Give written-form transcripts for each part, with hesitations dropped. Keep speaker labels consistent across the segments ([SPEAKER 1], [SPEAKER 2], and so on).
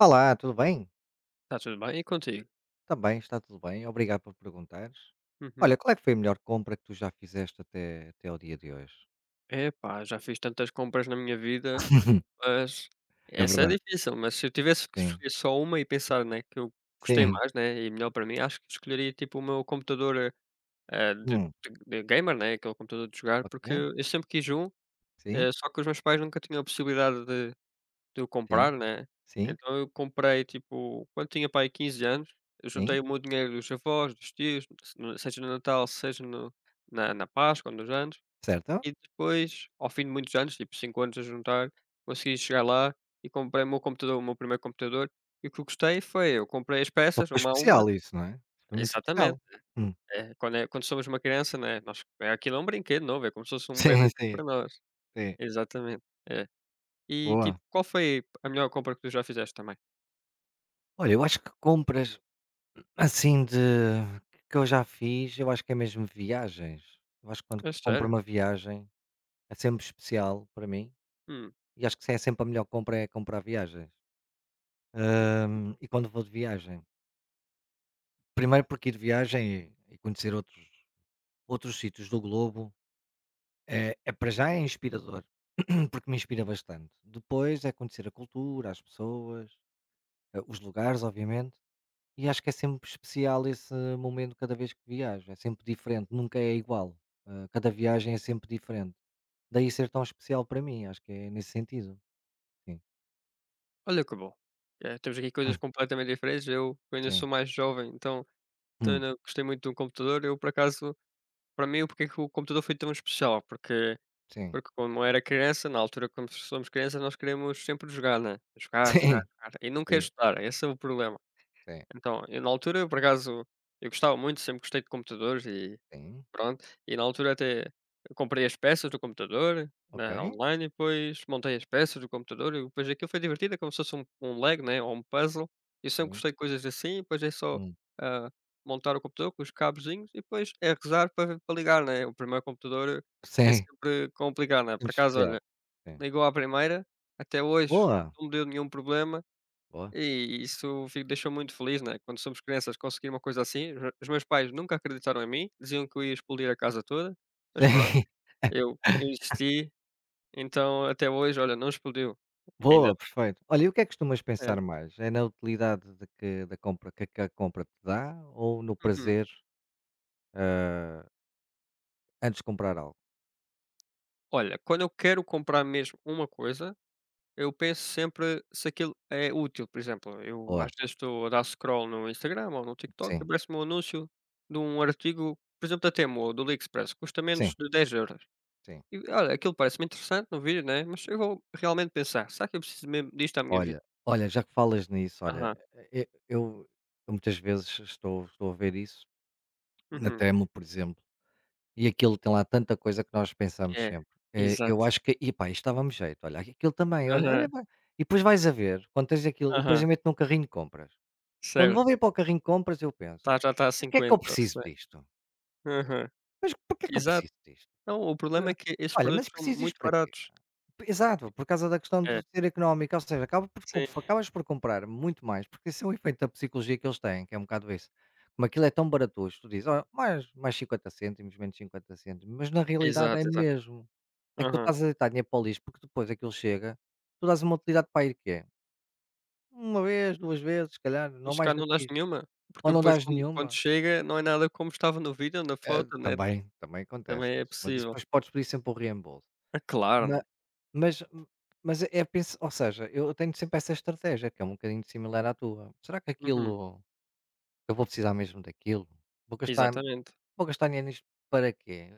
[SPEAKER 1] Olá, tudo bem?
[SPEAKER 2] Está tudo bem? E contigo?
[SPEAKER 1] Também está tudo bem, obrigado por perguntares. Olha,
[SPEAKER 2] Uhum.
[SPEAKER 1] qual é que foi a melhor compra que tu já fizeste até ao dia de hoje?
[SPEAKER 2] Epá, já fiz tantas compras na minha vida, mas
[SPEAKER 1] É
[SPEAKER 2] essa é
[SPEAKER 1] verdade,
[SPEAKER 2] difícil, mas se eu tivesse que
[SPEAKER 1] sim,
[SPEAKER 2] escolher só uma e pensar, né, que eu gostei
[SPEAKER 1] sim,
[SPEAKER 2] mais, né, e melhor para mim, acho que escolheria tipo o meu computador, eh, eh, de de
[SPEAKER 1] hum,
[SPEAKER 2] de gamer, né, aquele computador de jogar, porque
[SPEAKER 1] ok,
[SPEAKER 2] eu sempre quis um,
[SPEAKER 1] sim,
[SPEAKER 2] só que os meus pais nunca tinham a possibilidade de o comprar,
[SPEAKER 1] sim,
[SPEAKER 2] né,
[SPEAKER 1] sim,
[SPEAKER 2] então eu comprei tipo, quando tinha pai aí 15 anos, eu
[SPEAKER 1] sim,
[SPEAKER 2] juntei o meu dinheiro dos avós, dos tios, se no seja no Natal, seja no na Páscoa nos anos.
[SPEAKER 1] certo?
[SPEAKER 2] E depois, ao fim de muitos anos, tipo 5 anos a juntar, consegui chegar lá e comprei o meu computador, o meu primeiro computador. E o que eu gostei foi, eu comprei as
[SPEAKER 1] Então
[SPEAKER 2] peças
[SPEAKER 1] foi
[SPEAKER 2] uma a uma.
[SPEAKER 1] especial isso, não é? Foi muito especial.
[SPEAKER 2] Exatamente,
[SPEAKER 1] Hum,
[SPEAKER 2] quando é quando somos uma criança, né, nós é aquilo é um brinquedo novo, é como se fosse um bebê
[SPEAKER 1] sim, sim,
[SPEAKER 2] para nós.
[SPEAKER 1] sim,
[SPEAKER 2] Exatamente, é. E tipo,
[SPEAKER 1] boa.
[SPEAKER 2] qual foi a melhor compra que tu já fizeste também?
[SPEAKER 1] Olha, eu acho que compras assim de que eu já fiz, eu acho que é mesmo viagens. Eu acho que quando
[SPEAKER 2] É
[SPEAKER 1] compro
[SPEAKER 2] sério?
[SPEAKER 1] uma viagem é sempre especial para mim.
[SPEAKER 2] Hum,
[SPEAKER 1] E acho que é sempre a melhor compra é comprar viagens. E quando vou de viagem? Primeiro porque ir de viagem e conhecer outros sítios do globo é para já é inspirador, porque me inspira bastante. Depois é conhecer a cultura, as pessoas, os lugares, obviamente. E acho que é sempre especial esse momento cada vez que viajo. É sempre diferente, nunca é igual. Cada viagem é sempre diferente. Daí ser tão especial para mim, acho que é nesse sentido. Sim.
[SPEAKER 2] olha que bom. É, temos aqui coisas
[SPEAKER 1] Hum.
[SPEAKER 2] completamente diferentes, eu ainda
[SPEAKER 1] Sim.
[SPEAKER 2] sou mais jovem, então então
[SPEAKER 1] Hum.
[SPEAKER 2] ainda gostei muito de um computador, eu por acaso. Para mim, porque porquê que o computador foi tão especial, porque
[SPEAKER 1] Sim.
[SPEAKER 2] porque como era criança, na altura quando somos crianças, nós queremos sempre jogar, né, jogar, jogar,
[SPEAKER 1] sim.
[SPEAKER 2] jogar e nunca é
[SPEAKER 1] Sim.
[SPEAKER 2] estudar, esse é o problema.
[SPEAKER 1] Sim.
[SPEAKER 2] Então, eu na altura, por acaso, eu gostava muito, sempre gostei de computadores e
[SPEAKER 1] Sim,
[SPEAKER 2] pronto, e na altura até comprei as peças do computador,
[SPEAKER 1] ok,
[SPEAKER 2] né, online, e depois montei as peças do computador e depois aquilo foi divertido, é como se fosse um Lego, né, ou um puzzle. Eu sempre
[SPEAKER 1] sim,
[SPEAKER 2] gostei de coisas assim, e depois é só,
[SPEAKER 1] hum,
[SPEAKER 2] ah, montar o computador com os cabozinhos e depois é rezar para ligar, né. O primeiro computador é
[SPEAKER 1] sim,
[SPEAKER 2] sempre complicado, né. Por
[SPEAKER 1] muito
[SPEAKER 2] acaso,
[SPEAKER 1] especial,
[SPEAKER 2] olha,
[SPEAKER 1] sim.
[SPEAKER 2] ligou à primeira, até hoje
[SPEAKER 1] Boa,
[SPEAKER 2] não me deu nenhum problema.
[SPEAKER 1] boa,
[SPEAKER 2] E isso fi deixou muito feliz, né, quando somos crianças conseguir uma coisa assim, os meus pais nunca acreditaram em mim, diziam que eu ia explodir a casa toda, mas pronto,
[SPEAKER 1] sim,
[SPEAKER 2] eu insisti, então até hoje, olha, não explodiu, ainda
[SPEAKER 1] boa, perfeito. Olha, e o que é que costumas
[SPEAKER 2] bem.
[SPEAKER 1] pensar
[SPEAKER 2] É.
[SPEAKER 1] mais? É na utilidade de que da compra que a compra te dá ou no
[SPEAKER 2] Uhum.
[SPEAKER 1] prazer, ah, antes de comprar algo?
[SPEAKER 2] Olha, quando eu quero comprar mesmo uma coisa, eu penso sempre se aquilo é útil, por exemplo, eu às
[SPEAKER 1] Boa,
[SPEAKER 2] vezes estou a dar scroll no Instagram ou no TikTok e
[SPEAKER 1] sim,
[SPEAKER 2] aparece-me um anúncio de um artigo, por exemplo, da Temu ou do AliExpress, custa
[SPEAKER 1] sim,
[SPEAKER 2] menos de 10 euros.
[SPEAKER 1] sim.
[SPEAKER 2] E olha, aquilo parece-me interessante no vídeo, né, mas eu vou realmente pensar: "Será que eu preciso mesmo disto à minha vida?"
[SPEAKER 1] Olha, já que falas nisso, olha,
[SPEAKER 2] Aham,
[SPEAKER 1] e eu eu muitas vezes estou a ver isso na
[SPEAKER 2] uhum,
[SPEAKER 1] Temu, por exemplo. E aquilo tem lá tanta coisa que nós pensamos
[SPEAKER 2] é,
[SPEAKER 1] sempre. Eu
[SPEAKER 2] exato.
[SPEAKER 1] acho que: "Epá, isto dava-me jeito, olha, aquilo também, olha
[SPEAKER 2] Aham,
[SPEAKER 1] vai". E depois vais a ver, quando tens aquilo e depois
[SPEAKER 2] aham,
[SPEAKER 1] eu meto num carrinho de compras. Quando
[SPEAKER 2] certo.
[SPEAKER 1] vou ver para o carrinho de compras eu penso:
[SPEAKER 2] Tá, já está a
[SPEAKER 1] "Para que é que eu
[SPEAKER 2] 50,
[SPEAKER 1] preciso
[SPEAKER 2] sei.
[SPEAKER 1] disto?
[SPEAKER 2] Aham,
[SPEAKER 1] Mas para que é que eu
[SPEAKER 2] exato.
[SPEAKER 1] preciso disto?
[SPEAKER 2] Não, o problema
[SPEAKER 1] Eh,
[SPEAKER 2] é que esses
[SPEAKER 1] Olha, mas
[SPEAKER 2] produtos são
[SPEAKER 1] preciso disto
[SPEAKER 2] muito
[SPEAKER 1] para quê?"
[SPEAKER 2] baratos.
[SPEAKER 1] Exato, por causa da questão
[SPEAKER 2] É,
[SPEAKER 1] do ser económico, ou seja,
[SPEAKER 2] sim,
[SPEAKER 1] acabas por comprar muito mais, porque esse é o efeito da psicologia que eles têm, que é um bocado esse. Como aquilo é tão barato hoje, tu dizes: "Olha, mais 50 cêntimos, menos 50 cêntimos", mas na realidade é
[SPEAKER 2] exato, exato.
[SPEAKER 1] mesmo. É que tu
[SPEAKER 2] Aham.
[SPEAKER 1] estás a deitar dinheiro para o lixo, porque depois aquilo chega, tu dás uma utilidade para ir que é uma vez, 2 vezes, se calhar, não
[SPEAKER 2] Mas
[SPEAKER 1] mais
[SPEAKER 2] se
[SPEAKER 1] do
[SPEAKER 2] não
[SPEAKER 1] que
[SPEAKER 2] dás
[SPEAKER 1] isso.
[SPEAKER 2] nenhuma,
[SPEAKER 1] Ou
[SPEAKER 2] porque
[SPEAKER 1] não
[SPEAKER 2] depois
[SPEAKER 1] dás
[SPEAKER 2] quando
[SPEAKER 1] nenhuma.
[SPEAKER 2] chega não é nada como estava no vídeo na foto, né,
[SPEAKER 1] Também, também acontece
[SPEAKER 2] também é
[SPEAKER 1] isso, mas isso
[SPEAKER 2] possível.
[SPEAKER 1] depois podes pedir sempre o reembolso.
[SPEAKER 2] Ah, claro,
[SPEAKER 1] Ma
[SPEAKER 2] né.
[SPEAKER 1] Mas mas é pensa, ou seja, eu tenho sempre essa estratégia, que é um bocadinho similar à tua. Será que
[SPEAKER 2] Uhum,
[SPEAKER 1] aquilo eu vou precisar mesmo daquilo? Vou gastar
[SPEAKER 2] exatamente,
[SPEAKER 1] vou gastar dinheiro nisto para quê?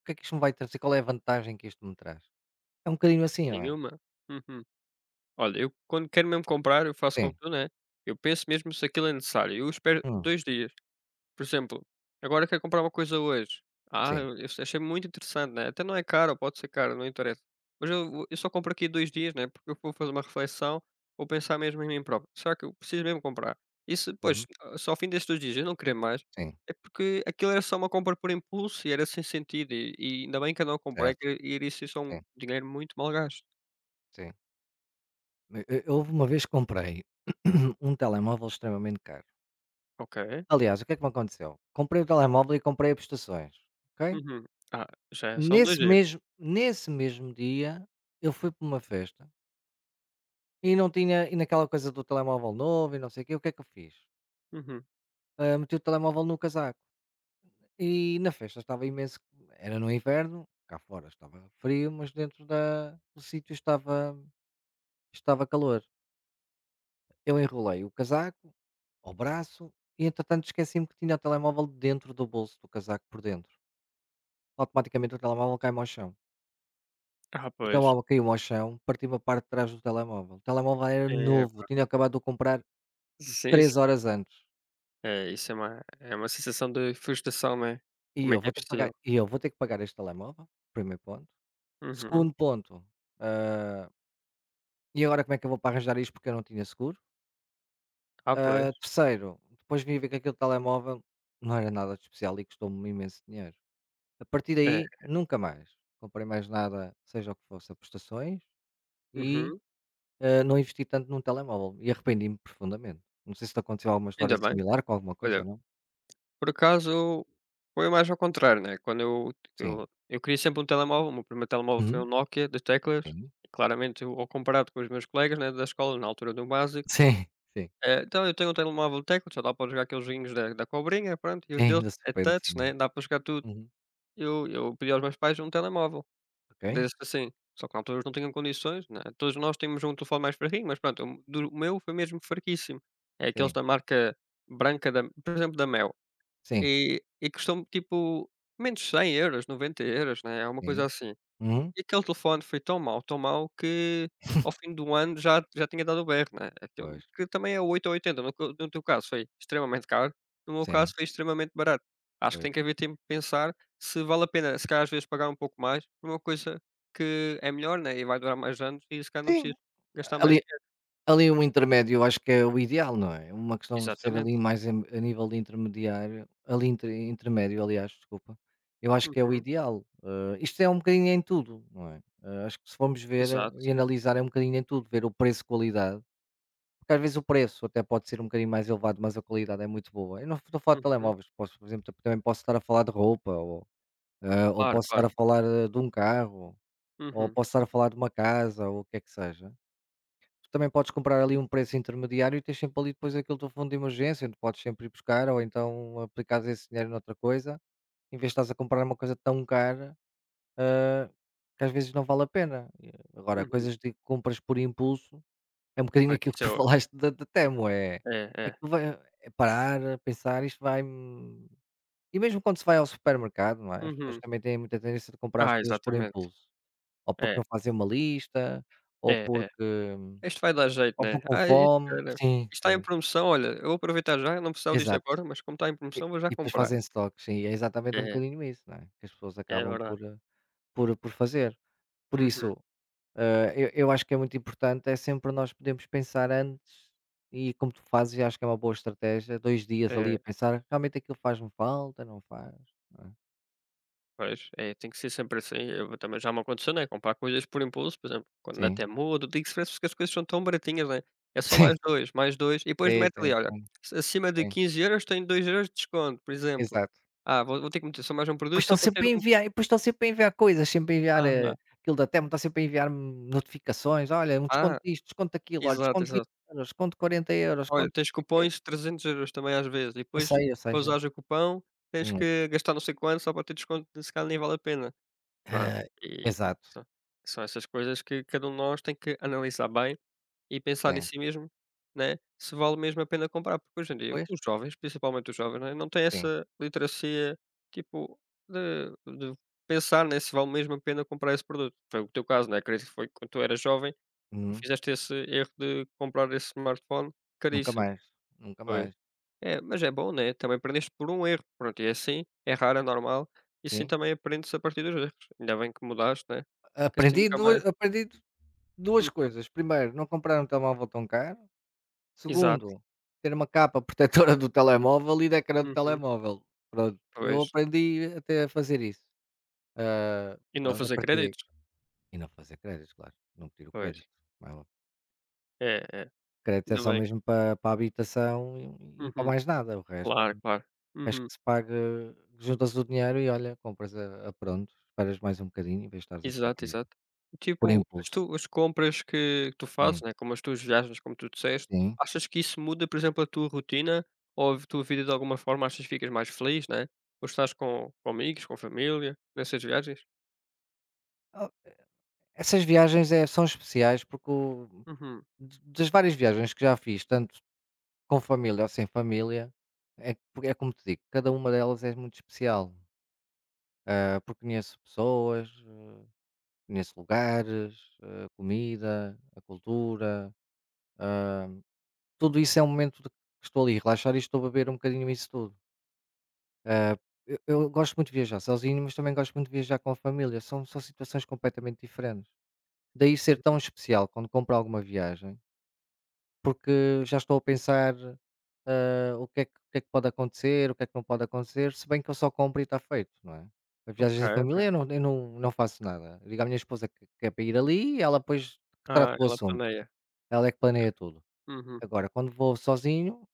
[SPEAKER 1] O que é que isto me vai trazer? Qual é a vantagem que isto me traz? É um bocadinho assim, ó.
[SPEAKER 2] nenhuma. Uhum. Olha, eu quando quero mesmo comprar, eu faço como
[SPEAKER 1] Sim,
[SPEAKER 2] tu, né? Eu penso mesmo se aquilo é necessário. Eu espero
[SPEAKER 1] hum,
[SPEAKER 2] 2 dias. Por exemplo, agora quero comprar uma coisa hoje. Ah,
[SPEAKER 1] sim,
[SPEAKER 2] eu achei muito interessante, né? Até não é caro, pode ser caro, não interessa. Mas eu, eu só compro aqui 2 dias, né? Porque eu vou fazer uma reflexão, vou pensar mesmo em mim próprio. Será que eu preciso mesmo comprar? E se depois,
[SPEAKER 1] uhum,
[SPEAKER 2] só ao fim destes 2 dias, eu não querer mais,
[SPEAKER 1] sim,
[SPEAKER 2] é porque aquilo era só uma compra por impulso e era sem sentido. E ainda bem que eu não comprei,
[SPEAKER 1] certo,
[SPEAKER 2] que iria ser só um
[SPEAKER 1] sim,
[SPEAKER 2] dinheiro muito mal gasto.
[SPEAKER 1] sim. eu e houve uma vez que comprei um telemóvel extremamente caro.
[SPEAKER 2] Ok.
[SPEAKER 1] Aliás, o que é que me aconteceu? Comprei o telemóvel e comprei as prestações, ok?
[SPEAKER 2] Uhum. Ah, já é só dois
[SPEAKER 1] Nesse
[SPEAKER 2] dias
[SPEAKER 1] mesmo nesse mesmo dia, eu fui para uma festa e não tinha e naquela coisa do telemóvel novo e não sei o quê, o que é que eu fiz?
[SPEAKER 2] Uhum.
[SPEAKER 1] Ah, meti o telemóvel no casaco e na festa estava imenso, era no inverno, cá fora estava frio, mas dentro da do sítio estava calor. Eu enrolei o casaco ao braço e entretanto esqueci-me que tinha o telemóvel dentro do bolso do casaco por dentro. Automaticamente o telemóvel cai-me ao chão.
[SPEAKER 2] Ah,
[SPEAKER 1] O
[SPEAKER 2] pois.
[SPEAKER 1] telemóvel caiu ao chão, partiu uma parte de trás do telemóvel. O telemóvel era
[SPEAKER 2] É,
[SPEAKER 1] novo,
[SPEAKER 2] pá,
[SPEAKER 1] tinha acabado de o comprar
[SPEAKER 2] sim,
[SPEAKER 1] 3
[SPEAKER 2] sim.
[SPEAKER 1] horas antes.
[SPEAKER 2] É, isso é uma sensação de frustração, né. Como é que é possível?
[SPEAKER 1] Eu vou ter que pagar este telemóvel, primeiro ponto.
[SPEAKER 2] Uhum.
[SPEAKER 1] Segundo ponto, ah, e agora como é que eu vou para arranjar isto porque eu não tinha seguro?
[SPEAKER 2] Ah,
[SPEAKER 1] Ah,
[SPEAKER 2] pois.
[SPEAKER 1] terceiro, depois vim ver que aquele telemóvel não era nada de especial e custou-me imenso dinheiro. A partir
[SPEAKER 2] É.
[SPEAKER 1] daí, nunca mais. Comprei mais nada, seja o que fosse, a prestações e
[SPEAKER 2] Uhum.
[SPEAKER 1] Não investi tanto num telemóvel e arrependi-me profundamente. Não sei se te aconteceu alguma história
[SPEAKER 2] Ainda bem.
[SPEAKER 1] similar com alguma coisa
[SPEAKER 2] Olha,
[SPEAKER 1] ou não?
[SPEAKER 2] por acaso, foi mais ao contrário, né, quando eu
[SPEAKER 1] Sim.
[SPEAKER 2] eu queria sempre um telemóvel, o meu primeiro telemóvel foi um
[SPEAKER 1] Uhum.
[SPEAKER 2] Nokia de teclas,
[SPEAKER 1] Sim.
[SPEAKER 2] claramente eu ao comparado com os meus colegas, né, da escola, na altura do básico,
[SPEAKER 1] Sim, sim.
[SPEAKER 2] então eu tenho um telemóvel de teclas, só dá para jogar aqueles joguinhos da cobrinha, pronto, e os
[SPEAKER 1] Sim,
[SPEAKER 2] deles
[SPEAKER 1] de
[SPEAKER 2] é
[SPEAKER 1] repente,
[SPEAKER 2] touch,
[SPEAKER 1] sim.
[SPEAKER 2] né, dá para jogar tudo.
[SPEAKER 1] Uhum.
[SPEAKER 2] Eu pedi aos meus pais um telemóvel,
[SPEAKER 1] Ok.
[SPEAKER 2] desse assim, só que na altura eles não tinham condições, né, todos nós tínhamos um telefone mais fraquinho, mas pronto, o do o meu foi mesmo fraquíssimo, é aqueles
[SPEAKER 1] Sim,
[SPEAKER 2] da marca branca da por exemplo, da Mel,
[SPEAKER 1] sim,
[SPEAKER 2] e custou-me tipo menos de 100 euros, 90 euros né, é uma coisa
[SPEAKER 1] sim.
[SPEAKER 2] assim.
[SPEAKER 1] Uhum.
[SPEAKER 2] E aquele telefone foi tão mau que ao fim do ano já tinha dado o berro, né, aquilo
[SPEAKER 1] Pois.
[SPEAKER 2] que também é 8 ou 80, no co no teu caso foi extremamente caro, no meu
[SPEAKER 1] Sim,
[SPEAKER 2] caso foi extremamente barato. Acho que
[SPEAKER 1] pois.
[SPEAKER 2] tem que haver tempo de pensar se vale a pena, se calhar às vezes pagar um pouco mais por uma coisa que é melhor, né, e vai durar mais anos e se calhar não
[SPEAKER 1] Sim,
[SPEAKER 2] preciso gastar mais
[SPEAKER 1] ali
[SPEAKER 2] dinheiro.
[SPEAKER 1] Ali um intermédio eu acho que é o ideal, não é? Uma questão de ser ali
[SPEAKER 2] Exatamente.
[SPEAKER 1] mais a nível de intermediário, ali entre intermédio, aliás, desculpa, eu acho que é o
[SPEAKER 2] Uhum.
[SPEAKER 1] ideal. Isto é um bocadinho em tudo, não é? Acho que se formos ver e
[SPEAKER 2] Exato.
[SPEAKER 1] analisar é um bocadinho em tudo, ver o preço-qualidade, porque às vezes o preço até pode ser um bocadinho mais elevado, mas a qualidade é muito boa. Eu não estou a falar de
[SPEAKER 2] Uhum.
[SPEAKER 1] telemóveis, posso por exemplo, também posso estar a falar de roupa ou, ou
[SPEAKER 2] Claro,
[SPEAKER 1] posso estar
[SPEAKER 2] claro.
[SPEAKER 1] a falar de um carro, ou
[SPEAKER 2] Uhum.
[SPEAKER 1] posso estar a falar de uma casa ou o que é que seja, também podes comprar ali um preço intermediário e tens sempre ali depois aquele teu fundo de emergência, onde podes sempre ir buscar ou então aplicares esse dinheiro noutra coisa, em vez de estás a comprar uma coisa tão cara que às vezes não vale a pena. E agora,
[SPEAKER 2] Uhum.
[SPEAKER 1] coisas de compras por impulso, é um bocadinho
[SPEAKER 2] Pois,
[SPEAKER 1] aquilo que
[SPEAKER 2] isso é
[SPEAKER 1] tu
[SPEAKER 2] o
[SPEAKER 1] falaste da Temo, é,
[SPEAKER 2] é, é.
[SPEAKER 1] aquilo vai, é parar, pensar, isto vai... E mesmo quando se vai ao supermercado, não é? As pessoas
[SPEAKER 2] Uhum.
[SPEAKER 1] também têm muita tendência de comprar as
[SPEAKER 2] Ah,
[SPEAKER 1] coisas por
[SPEAKER 2] exatamente.
[SPEAKER 1] impulso, ou porque
[SPEAKER 2] É,
[SPEAKER 1] não fazem uma lista, ou
[SPEAKER 2] é, é.
[SPEAKER 1] porque
[SPEAKER 2] Isto vai dar jeito,
[SPEAKER 1] ou
[SPEAKER 2] né?
[SPEAKER 1] vão com
[SPEAKER 2] Ai, isto
[SPEAKER 1] fome,
[SPEAKER 2] era.
[SPEAKER 1] sim,
[SPEAKER 2] Isto está em
[SPEAKER 1] sim,
[SPEAKER 2] promoção, olha, eu vou aproveitar já, eu não precisava disto
[SPEAKER 1] exato.
[SPEAKER 2] agora, mas como está em
[SPEAKER 1] E
[SPEAKER 2] promoção vou já
[SPEAKER 1] e depois
[SPEAKER 2] comprar.
[SPEAKER 1] fazem stocks, sim, é exatamente um
[SPEAKER 2] É,
[SPEAKER 1] bocadinho isso, não é? Que as pessoas
[SPEAKER 2] é
[SPEAKER 1] acabam
[SPEAKER 2] verdade.
[SPEAKER 1] por, por fazer. Por
[SPEAKER 2] Uhum.
[SPEAKER 1] isso, eu acho que é muito importante, é sempre nós podemos pensar antes e como tu fazes, eu acho que é uma boa estratégia, 2 dias ali
[SPEAKER 2] É,
[SPEAKER 1] a pensar, realmente aquilo faz-me falta, não faz, não é?
[SPEAKER 2] pois, é, tem que ser sempre assim. Eu também já me aconteceu, né, comprar coisas por impulso, por exemplo, quando na
[SPEAKER 1] Sim,
[SPEAKER 2] Temu, do AliExpress, porque as coisas são tão baratinhas, né? É só mais 2 e depois
[SPEAKER 1] sim,
[SPEAKER 2] mete
[SPEAKER 1] sim,
[SPEAKER 2] ali, olha,
[SPEAKER 1] sim, sim,
[SPEAKER 2] ac- acima de
[SPEAKER 1] sim,
[SPEAKER 2] 15€ tem 2 euros de desconto, por exemplo.
[SPEAKER 1] exato.
[SPEAKER 2] Ah, vou, vou ter que meter só mais um
[SPEAKER 1] Pois
[SPEAKER 2] produto
[SPEAKER 1] estão
[SPEAKER 2] só para ter
[SPEAKER 1] sempre a
[SPEAKER 2] um.
[SPEAKER 1] enviar e depois estão sempre a enviar coisas, sempre a enviar,
[SPEAKER 2] ah
[SPEAKER 1] aquilo da Temu está sempre a enviar-me notificações, olha, um desconto
[SPEAKER 2] Ah,
[SPEAKER 1] disto, desconto daquilo, olha,
[SPEAKER 2] exato,
[SPEAKER 1] desconto vinte
[SPEAKER 2] exato.
[SPEAKER 1] euros desconto 40 euros,
[SPEAKER 2] Olha,
[SPEAKER 1] desconto não
[SPEAKER 2] tens
[SPEAKER 1] sei o quê.
[SPEAKER 2] cupons de 300 euros também às vezes, e depois
[SPEAKER 1] Eu sei,
[SPEAKER 2] para
[SPEAKER 1] já.
[SPEAKER 2] usares o cupão, tens
[SPEAKER 1] Hum.
[SPEAKER 2] que gastar não sei quanto só para ter desconto, se calhar nem vale a pena. Pronto,
[SPEAKER 1] Ah,
[SPEAKER 2] e
[SPEAKER 1] exato,
[SPEAKER 2] são são essas coisas que cada um de nós tem que analisar bem e pensar em
[SPEAKER 1] sim.
[SPEAKER 2] si mesmo, né, se vale mesmo a pena comprar, porque hoje em dia
[SPEAKER 1] Pois.
[SPEAKER 2] os jovens, principalmente os jovens, né, não têm
[SPEAKER 1] Sim.
[SPEAKER 2] essa literacia, tipo, de pensar, né, se vale mesmo a pena comprar esse produto. Foi o teu caso, né, acredito que foi quando tu eras jovem,
[SPEAKER 1] Uhum.
[SPEAKER 2] fizeste esse erro de comprar esse smartphone
[SPEAKER 1] Nunca
[SPEAKER 2] caríssimo.
[SPEAKER 1] mais, nunca
[SPEAKER 2] Pois.
[SPEAKER 1] mais.
[SPEAKER 2] É, mas é bom, né? Também aprendeste por um erro. Pronto, e é assim, errar é normal. E assim
[SPEAKER 1] Sim.
[SPEAKER 2] também aprendes a partir dos erros. Ainda bem que mudaste, né? Que assim
[SPEAKER 1] Aprendi
[SPEAKER 2] nunca mais.
[SPEAKER 1] duas, aprendi du- duas
[SPEAKER 2] Uhum.
[SPEAKER 1] coisas. Primeiro, não comprar um telemóvel tão caro.
[SPEAKER 2] Exato.
[SPEAKER 1] Segundo, ter uma capa protetora do telemóvel e da ecrã do
[SPEAKER 2] Uhum.
[SPEAKER 1] telemóvel. Pronto, eu
[SPEAKER 2] Pois.
[SPEAKER 1] aprendi até a fazer isso. Ah,
[SPEAKER 2] E não
[SPEAKER 1] pronto, a
[SPEAKER 2] fazer
[SPEAKER 1] partir daí
[SPEAKER 2] créditos.
[SPEAKER 1] e não fazer créditos, claro, não pedir o
[SPEAKER 2] Pois.
[SPEAKER 1] crédito, como é.
[SPEAKER 2] É, é.
[SPEAKER 1] Crédito é
[SPEAKER 2] Ainda
[SPEAKER 1] só
[SPEAKER 2] bem.
[SPEAKER 1] mesmo para para a habitação e para
[SPEAKER 2] Uhum.
[SPEAKER 1] mais nada, o resto
[SPEAKER 2] Claro, claro.
[SPEAKER 1] acho
[SPEAKER 2] Uhum.
[SPEAKER 1] que se paga, juntas o dinheiro e olha, compras a pronto, esperas mais um bocadinho em vez de estares a
[SPEAKER 2] Exato,
[SPEAKER 1] comprar
[SPEAKER 2] exato.
[SPEAKER 1] por
[SPEAKER 2] Tipo, as,
[SPEAKER 1] impulso.
[SPEAKER 2] tu, as compras que tu fazes,
[SPEAKER 1] Hum,
[SPEAKER 2] né? Como as tuas viagens, como tu disseste,
[SPEAKER 1] sim.
[SPEAKER 2] achas que isso muda, por exemplo, a tua rotina? Ou a tua vida de alguma forma achas que ficas mais feliz, né? Ou estás com amigos, com família, nessas viagens?
[SPEAKER 1] Oh, essas viagens são especiais porque o
[SPEAKER 2] Uhum,
[SPEAKER 1] d das várias viagens que já fiz, tanto com família ou sem família, é porque é como te digo, cada uma delas é muito especial, porque conheço pessoas, conheço lugares, a comida, a cultura, tudo isso é um momento de que estou ali a relaxar e estou a beber um bocadinho isso tudo. Ah, eu gosto muito de viajar sozinho, mas também gosto muito de viajar com a família. São situações completamente diferentes. Daí ser tão
[SPEAKER 2] uhum.
[SPEAKER 1] especial quando compro alguma viagem, porque já estou a pensar, o que é que pode acontecer, o que é que não pode acontecer, se bem que eu só compro e está feito, não é? A
[SPEAKER 2] Ok,
[SPEAKER 1] viagem da
[SPEAKER 2] ok.
[SPEAKER 1] família eu não faço nada. Digo à minha esposa que é para ir ali e ela depois que trata
[SPEAKER 2] Ah,
[SPEAKER 1] do
[SPEAKER 2] ela
[SPEAKER 1] assunto.
[SPEAKER 2] planeia.
[SPEAKER 1] Ela é que planeia tudo.
[SPEAKER 2] Uhum.
[SPEAKER 1] Agora, quando vou sozinho,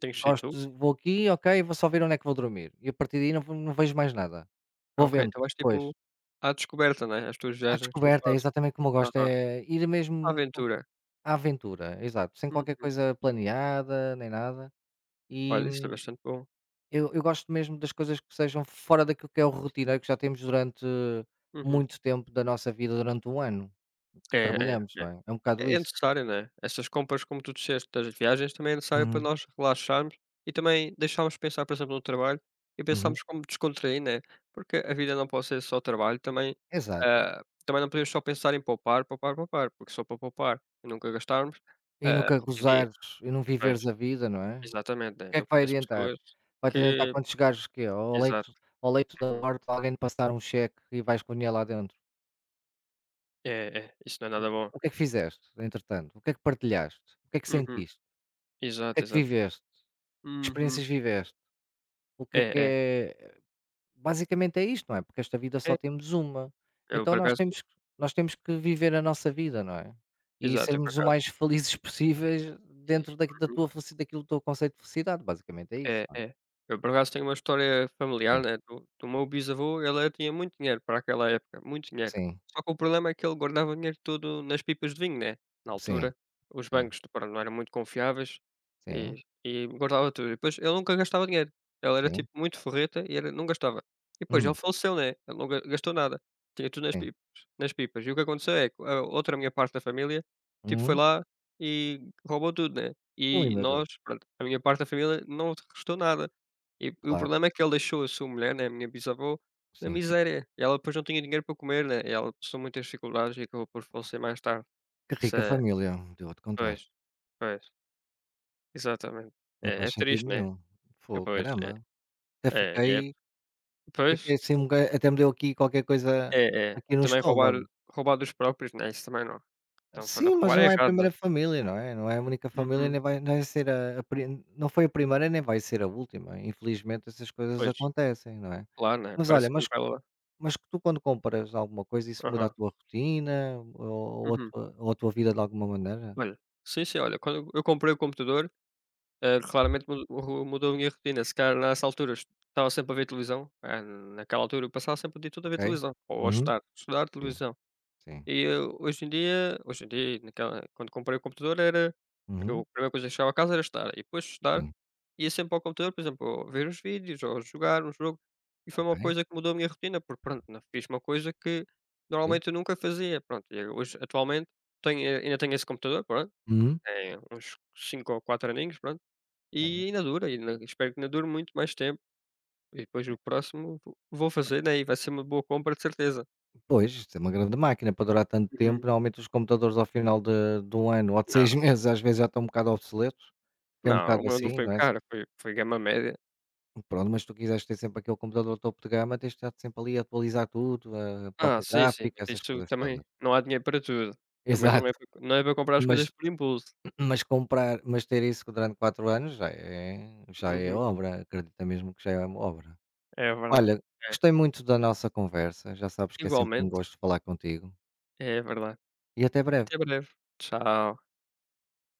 [SPEAKER 2] Tem que ser tu?
[SPEAKER 1] gosto de vou aqui, ok, vou só ver onde é que vou dormir e a partir daí não vejo mais nada.
[SPEAKER 2] Ah,
[SPEAKER 1] Vou
[SPEAKER 2] ok.
[SPEAKER 1] vendo,
[SPEAKER 2] Então vais,
[SPEAKER 1] depois.
[SPEAKER 2] tipo, à descoberta, né, as tuas
[SPEAKER 1] A
[SPEAKER 2] viagens que tu
[SPEAKER 1] descoberta, é
[SPEAKER 2] fazes.
[SPEAKER 1] exatamente como eu gosto,
[SPEAKER 2] Aham.
[SPEAKER 1] é ir
[SPEAKER 2] À
[SPEAKER 1] mesmo com
[SPEAKER 2] aventura.
[SPEAKER 1] à aventura, exato, sem qualquer
[SPEAKER 2] Uhum.
[SPEAKER 1] coisa planeada, nem nada. E
[SPEAKER 2] Olha, isso é
[SPEAKER 1] hum,
[SPEAKER 2] bastante bom.
[SPEAKER 1] eu eu gosto mesmo das coisas que sejam fora daquilo que é o rotineiro que já temos durante
[SPEAKER 2] Uhum.
[SPEAKER 1] muito tempo da nossa vida, durante um ano
[SPEAKER 2] É,
[SPEAKER 1] que trabalhamos,
[SPEAKER 2] é, é.
[SPEAKER 1] não é? É um bocado
[SPEAKER 2] É é
[SPEAKER 1] isso.
[SPEAKER 2] necessário, né? Essas compras, como tu disseste, das viagens, também é necessário para
[SPEAKER 1] Uhum,
[SPEAKER 2] nós relaxarmos e também deixarmos de pensar, por exemplo, no trabalho e
[SPEAKER 1] uhum,
[SPEAKER 2] pensarmos como descontrair, né? Porque a vida não pode ser só trabalho, também,
[SPEAKER 1] exato.
[SPEAKER 2] também não podemos só pensar em poupar, poupar, poupar, porque só para poupar e nunca gastarmos,
[SPEAKER 1] E nunca
[SPEAKER 2] qualquer dia
[SPEAKER 1] gozares e não
[SPEAKER 2] pois,
[SPEAKER 1] viveres a vida, não é?
[SPEAKER 2] exatamente, né?
[SPEAKER 1] Que é
[SPEAKER 2] Eu
[SPEAKER 1] que vai
[SPEAKER 2] conheço
[SPEAKER 1] adiantar?
[SPEAKER 2] pessoas
[SPEAKER 1] Vai-te adiantar
[SPEAKER 2] que
[SPEAKER 1] quando chegares quê?
[SPEAKER 2] exato,
[SPEAKER 1] Ao leito da
[SPEAKER 2] uhum.
[SPEAKER 1] morte alguém te passar um cheque e vais com o dinheiro lá dentro.
[SPEAKER 2] É, é, isso não é
[SPEAKER 1] O
[SPEAKER 2] nada bom.
[SPEAKER 1] o que é que fizeste, entretanto? O que é que partilhaste? O que é que
[SPEAKER 2] Uhum.
[SPEAKER 1] sentiste? O que é
[SPEAKER 2] Exato,
[SPEAKER 1] que
[SPEAKER 2] exato.
[SPEAKER 1] viveste? Que
[SPEAKER 2] Uhum.
[SPEAKER 1] experiências viveste? O que
[SPEAKER 2] É, é,
[SPEAKER 1] é Basicamente é isto, não é? Porque esta vida só
[SPEAKER 2] é.
[SPEAKER 1] temos uma.
[SPEAKER 2] Eu
[SPEAKER 1] Então
[SPEAKER 2] por
[SPEAKER 1] nós
[SPEAKER 2] acaso
[SPEAKER 1] temos que nós temos que viver a nossa vida, não é? E
[SPEAKER 2] exato, eu por
[SPEAKER 1] sermos o
[SPEAKER 2] acaso
[SPEAKER 1] mais felizes possíveis
[SPEAKER 2] e
[SPEAKER 1] dentro da da
[SPEAKER 2] uhum.
[SPEAKER 1] tua felici daquilo do teu conceito de felicidade, basicamente é isso,
[SPEAKER 2] É,
[SPEAKER 1] não é?
[SPEAKER 2] é. Eu por acaso tenho uma história familiar,
[SPEAKER 1] Sim,
[SPEAKER 2] né, do meu bisavô, ele tinha muito dinheiro para aquela época, muito dinheiro.
[SPEAKER 1] sim,
[SPEAKER 2] Só que o problema é que ele guardava o dinheiro todo nas pipas de vinho, né, na
[SPEAKER 1] sim,
[SPEAKER 2] altura. Os
[SPEAKER 1] sim,
[SPEAKER 2] bancos, pronto, não eram muito confiáveis e
[SPEAKER 1] sim.
[SPEAKER 2] e guardava tudo. E depois ele nunca gastava dinheiro. Ele era,
[SPEAKER 1] Sim.
[SPEAKER 2] tipo, muito forreta e era não gastava. E depois ele
[SPEAKER 1] Hum,
[SPEAKER 2] faleceu, né, ele não ga gastou nada. Tinha tudo nas
[SPEAKER 1] sim.
[SPEAKER 2] pipas nas pipas. E o que aconteceu é que a outra minha parte da família, tipo, foi
[SPEAKER 1] Hum.
[SPEAKER 2] lá e roubou tudo, né.
[SPEAKER 1] Ui,
[SPEAKER 2] E
[SPEAKER 1] meu Deus.
[SPEAKER 2] nós, pronto, a minha parte da família não restou nada. E o
[SPEAKER 1] Claro,
[SPEAKER 2] problema é que ele deixou a sua mulher, né, a minha bisavó, na
[SPEAKER 1] sim.
[SPEAKER 2] miséria. E ela depois não tinha dinheiro para comer, né, e ela passou muitas dificuldades e acabou por falecer mais tarde.
[SPEAKER 1] Que
[SPEAKER 2] Isso
[SPEAKER 1] rica
[SPEAKER 2] é
[SPEAKER 1] família, devo te contar.
[SPEAKER 2] pois, pois, exatamente.
[SPEAKER 1] Não
[SPEAKER 2] É é
[SPEAKER 1] faz sentido
[SPEAKER 2] triste, né.
[SPEAKER 1] nenhum.
[SPEAKER 2] É,
[SPEAKER 1] Fogo,
[SPEAKER 2] pois, é,
[SPEAKER 1] caramba. Até
[SPEAKER 2] é, e é
[SPEAKER 1] fiquei fiquei
[SPEAKER 2] pois,
[SPEAKER 1] assim um boca, até me deu aqui qualquer coisa
[SPEAKER 2] é, é.
[SPEAKER 1] aqui no
[SPEAKER 2] Também roubar
[SPEAKER 1] estômago.
[SPEAKER 2] dos próprios, né, isso também não. Então foi
[SPEAKER 1] Sim, mas
[SPEAKER 2] roubar é
[SPEAKER 1] não é a
[SPEAKER 2] errado,
[SPEAKER 1] primeira
[SPEAKER 2] né.
[SPEAKER 1] família, não é? Não é a única família,
[SPEAKER 2] Uhum.
[SPEAKER 1] nem vai nem vai ser a pri não foi a primeira, nem vai ser a última. Infelizmente essas coisas
[SPEAKER 2] Pois,
[SPEAKER 1] acontecem, não é?
[SPEAKER 2] claro, né,
[SPEAKER 1] Mas
[SPEAKER 2] parece
[SPEAKER 1] olha,
[SPEAKER 2] uma
[SPEAKER 1] mas
[SPEAKER 2] novela. Lá.
[SPEAKER 1] mas que tu quando compras alguma coisa, isso muda a
[SPEAKER 2] Aham.
[SPEAKER 1] tua rotina ou
[SPEAKER 2] Uhum.
[SPEAKER 1] a tua vida de alguma maneira?
[SPEAKER 2] Olha, sim, sim, olha, quando eu comprei o computador. Ah, claramente mu ru mudou a minha rotina, se calhar nessa altura est estava sempre a ver televisão, ah, naquela altura eu passava sempre o dia todo a ver
[SPEAKER 1] Ok.
[SPEAKER 2] televisão, ou a
[SPEAKER 1] Uhum.
[SPEAKER 2] estudar, estudar,
[SPEAKER 1] Sim,
[SPEAKER 2] televisão.
[SPEAKER 1] sim.
[SPEAKER 2] Hoje em dia naquela quando comprei o computador era eu
[SPEAKER 1] Uhum.
[SPEAKER 2] a primeira coisa que chegava a casa era estudar, e depois de estudar,
[SPEAKER 1] Sim.
[SPEAKER 2] ia sempre ao computador, por exemplo, ou ver uns vídeos, ou jogar um jogo, e foi
[SPEAKER 1] Ok.
[SPEAKER 2] uma coisa que mudou a minha rotina, porque pronto, não fiz uma coisa que
[SPEAKER 1] Sim.
[SPEAKER 2] normalmente eu nunca fazia, pronto, e hoje atualmente tenho ainda tenho esse computador, pronto,
[SPEAKER 1] Uhum.
[SPEAKER 2] tem uns 5 ou 4 aninhos, pronto.
[SPEAKER 1] É,
[SPEAKER 2] E ainda dura, ainda espero que ainda dure muito mais tempo, e depois
[SPEAKER 1] é.
[SPEAKER 2] o próximo vo vou fazer, né, e vai ser uma boa compra de certeza.
[SPEAKER 1] Pois, isto é uma grande máquina para durar tanto tempo.
[SPEAKER 2] Uhum.
[SPEAKER 1] Normalmente os computadores ao final de um ano ou de
[SPEAKER 2] Não,
[SPEAKER 1] 6 meses às vezes já estão um bocado obsoletos, que é um
[SPEAKER 2] não, o
[SPEAKER 1] bocado
[SPEAKER 2] meu não
[SPEAKER 1] assim,
[SPEAKER 2] foi
[SPEAKER 1] não é?
[SPEAKER 2] caro, foi foi gama média.
[SPEAKER 1] Pronto, mas se tu quiseres ter sempre aquele computador topo de gama, tens de estar sempre ali a atualizar tudo, a
[SPEAKER 2] Ah,
[SPEAKER 1] placa
[SPEAKER 2] sim, sim,
[SPEAKER 1] gráfica,
[SPEAKER 2] mas
[SPEAKER 1] essas
[SPEAKER 2] isto
[SPEAKER 1] coisas todas.
[SPEAKER 2] também não há dinheiro para tudo. Também não é
[SPEAKER 1] Exato.
[SPEAKER 2] para não é para comprar as coisas
[SPEAKER 1] Mas,
[SPEAKER 2] por impulso.
[SPEAKER 1] mas comprar, mas ter isso durante 4 anos já é
[SPEAKER 2] Uhum.
[SPEAKER 1] obra, acredita mesmo que já é uma obra.
[SPEAKER 2] É verdade.
[SPEAKER 1] Olha, gostei
[SPEAKER 2] É.
[SPEAKER 1] muito da nossa conversa, já sabes que é sempre um
[SPEAKER 2] Igualmente,
[SPEAKER 1] gosto falar contigo
[SPEAKER 2] é verdade.
[SPEAKER 1] e até breve.
[SPEAKER 2] Até breve. Tchau.